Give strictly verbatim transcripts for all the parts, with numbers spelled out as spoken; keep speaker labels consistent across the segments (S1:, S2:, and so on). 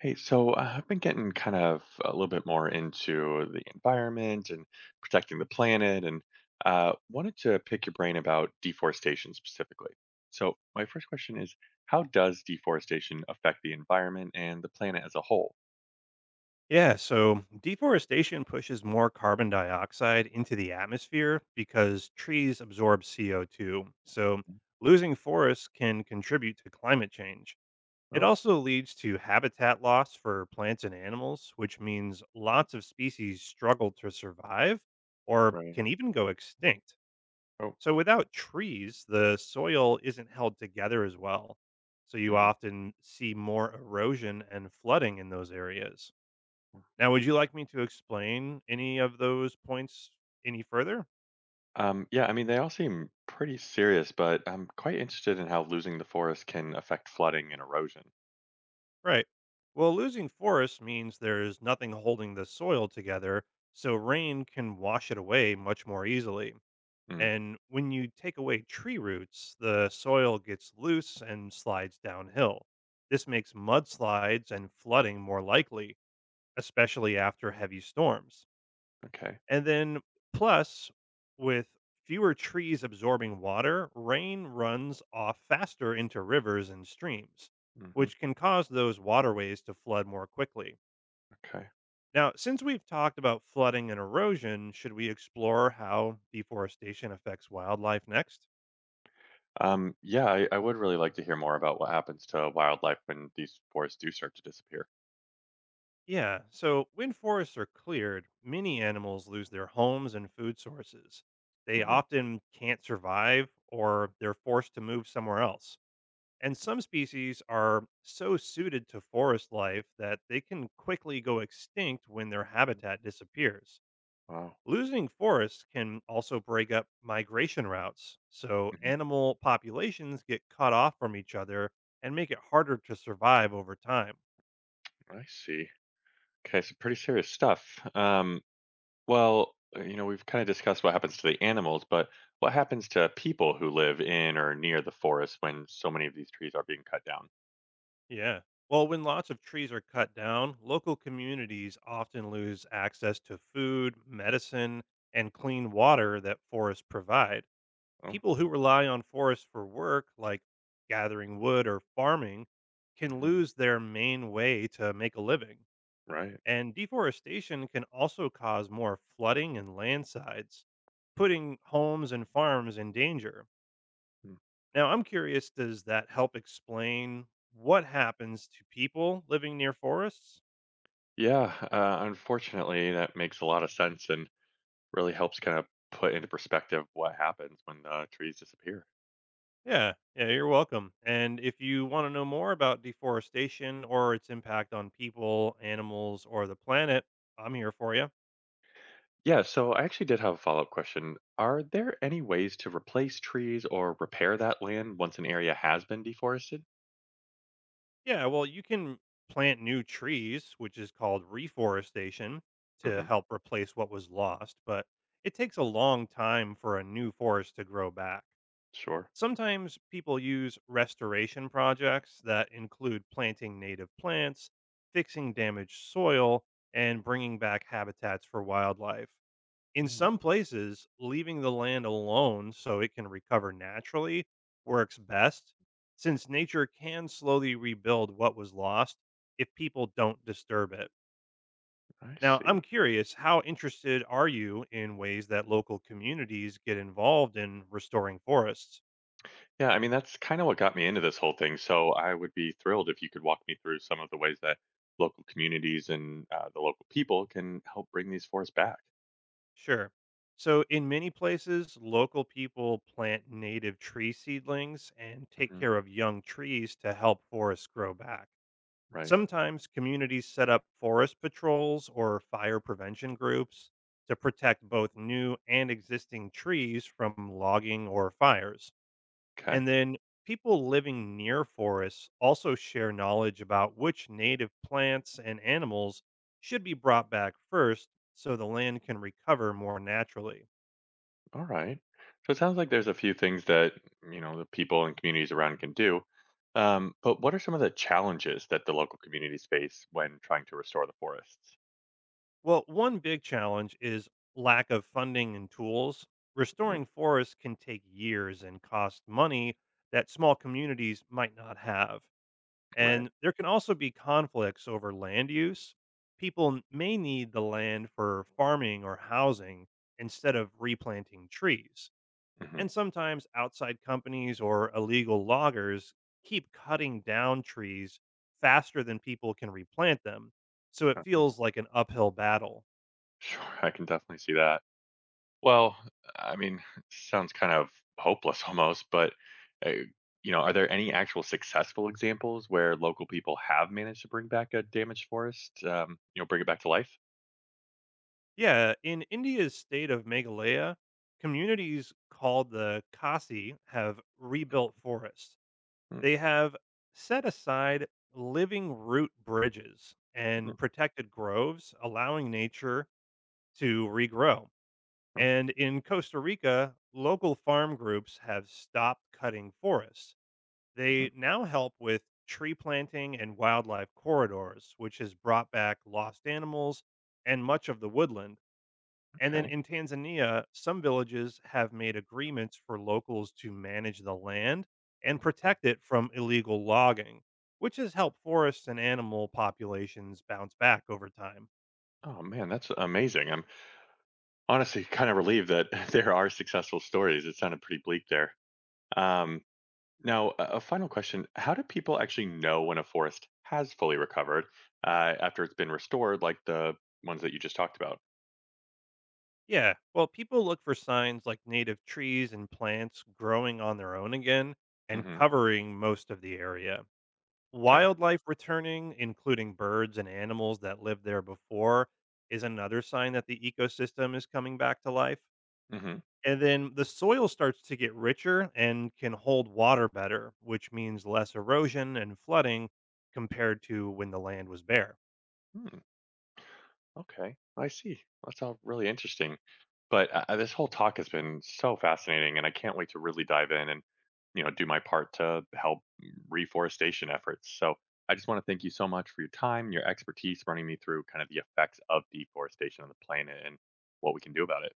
S1: Hey, so uh, I've been getting kind of a little bit more into the environment and protecting the planet, and uh, wanted to pick your brain about deforestation specifically. So, my first question is: how does deforestation affect the environment and the planet as a whole?
S2: Yeah, so deforestation pushes more carbon dioxide into the atmosphere because trees absorb C O two. So
S1: Mhm.
S2: losing forests can contribute to climate change. It
S1: Oh,
S2: also leads to habitat loss for plants and animals, which means lots of species struggle to survive or
S1: right.
S2: can even go extinct.
S1: Oh,
S2: So without trees, the soil isn't held together as well. So you
S1: mhm.
S2: often see more erosion and flooding in those areas. Now, would you like me to explain any of those points any further?
S1: Um, yeah, I mean, they all seem pretty serious, but I'm quite interested in how losing the forest can affect flooding and erosion.
S2: Right. Well, losing forests means there's nothing holding the soil together, so rain can wash it away much more easily.
S1: Mm,
S2: And when you take away tree roots, the soil gets loose and slides downhill. This makes mudslides and flooding more likely, especially after heavy storms.
S1: okay.
S2: And then, plus, with fewer trees absorbing water, rain runs off faster into rivers and streams,
S1: Hmm.
S2: which can cause those waterways to flood more quickly.
S1: Okay.
S2: Now, since we've talked about flooding and erosion, should we explore how deforestation affects wildlife next?
S1: Um, yeah, I, I would really like to hear more about what happens to wildlife when these forests do start to disappear.
S2: Yeah, so when forests are cleared, many animals lose their homes and food sources. They
S1: Hmm.
S2: often can't survive or they're forced to move somewhere else. And some species are so suited to forest life that they can quickly go extinct when their habitat disappears.
S1: Wow.
S2: Losing forests can also break up migration routes, so
S1: Hmm.
S2: animal populations get cut off from each other and make it harder to survive over time.
S1: I see. Okay, so pretty serious stuff. Um, well, uh, you know, we've kind of discussed what happens to the animals, but what happens to people who live in or near the forest when so many of these trees are being cut down?
S2: Yeah. Well, when lots of trees are cut down, local communities often lose access to food, medicine, and clean water that forests provide.
S1: Oh,
S2: People who rely on forests for work, like gathering wood or farming, can
S1: hmm,
S2: lose their main way to make a living.
S1: right.
S2: And deforestation can also cause more flooding and landslides, putting homes and farms in danger.
S1: Mm.
S2: Now, I'm curious, does that help explain what happens to people living near forests?
S1: Yeah, uh, unfortunately, that makes a lot of sense and really helps kind of put into perspective what happens when the trees disappear.
S2: Yeah, yeah, you're welcome. And if you want to know more about deforestation or its impact on people, animals, or the planet, I'm here for you.
S1: Yeah, so I actually did have a follow-up question. Are there any ways to replace trees or repair that land once an area has been deforested?
S2: Yeah, well, you can plant new trees, which is called reforestation, to
S1: Hmm.
S2: help replace what was lost, but it takes a long time for a new forest to grow back.
S1: Sure.
S2: Sometimes people use restoration projects that include planting native plants, fixing damaged soil, and bringing back habitats for wildlife. In
S1: Mm,
S2: some places, leaving the land alone so it can recover naturally works best, since nature can slowly rebuild what was lost if people don't disturb it.
S1: I
S2: Now, I'm
S1: see.
S2: curious, how interested are you in ways that local communities get involved in restoring forests?
S1: Yeah, I mean, that's kind of what got me into this whole thing. So I would be thrilled if you could walk me through some of the ways that local communities and uh, the local people can help bring these forests back.
S2: Sure. So, in many places, local people plant native tree seedlings and take
S1: Hmm.
S2: care of young trees to help forests grow back.
S1: Right.
S2: Sometimes communities set up forest patrols or fire prevention groups to protect both new and existing trees from logging or fires.
S1: Okay.
S2: And then people living near forests also share knowledge about which native plants and animals should be brought back first so the land can recover more naturally.
S1: All right. So it sounds like there's a few things that, you know, the people and communities around can do. Um, but what are some of the challenges that the local communities face when trying to restore the forests?
S2: Well, one big challenge is lack of funding and tools.
S1: Hmm.
S2: Restoring forests can take years and cost money that small communities might not have.
S1: Right.
S2: And there can also be conflicts over land use. People n- may need the land for farming or housing instead of replanting trees.
S1: Hmm.
S2: And sometimes outside companies or illegal loggers keep cutting down trees faster than people can replant them. So it feels like an uphill battle.
S1: Sure. I can definitely see that. Well, I mean, sounds kind of hopeless almost, but, uh, you know, are there any actual successful examples where local people have managed to bring back a damaged forest, um, you know, bring it back to life?
S2: Yeah, in India's state of Meghalaya, communities called the Khasi have rebuilt forests.
S1: Mm,
S2: They have set aside living root bridges and
S1: mm,
S2: protected groves, allowing nature to regrow.
S1: mm,
S2: And in Costa Rica, local farm groups have stopped cutting forests. They
S1: mm.
S2: now help with tree planting and wildlife corridors, which has brought back lost animals and much of the woodland. And then
S1: Okay.
S2: in Tanzania, some villages have made agreements for locals to manage the land and
S1: Mm.
S2: protect it from illegal logging, which has helped forests and animal populations bounce back over time.
S1: Oh man, that's amazing. I'm honestly kind of relieved that there are successful stories. It sounded pretty bleak there. Um, Now, a a final question: how do people actually know when a forest has fully recovered uh, after it's been restored, like the ones that you just talked about?
S2: Yeah, well, people look for signs like native trees and plants growing on their own again and
S1: Hmm.
S2: covering most of the area.
S1: Okay.
S2: Wildlife returning, including birds and animals that lived there before, is another sign that the ecosystem is coming back to life.
S1: Hmm.
S2: And then the soil starts to get richer and can hold water better, which means less erosion and flooding compared to when the land was bare.
S1: Okay, I see. That's all really interesting. But uh, uh, this whole talk has been so fascinating, and I can't wait to really dive in and, you know, do my part to help reforestation efforts. So I just want to thank you so much for your time, your expertise, running me through kind of the effects of deforestation on the planet and what we can do about it.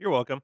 S2: You're welcome.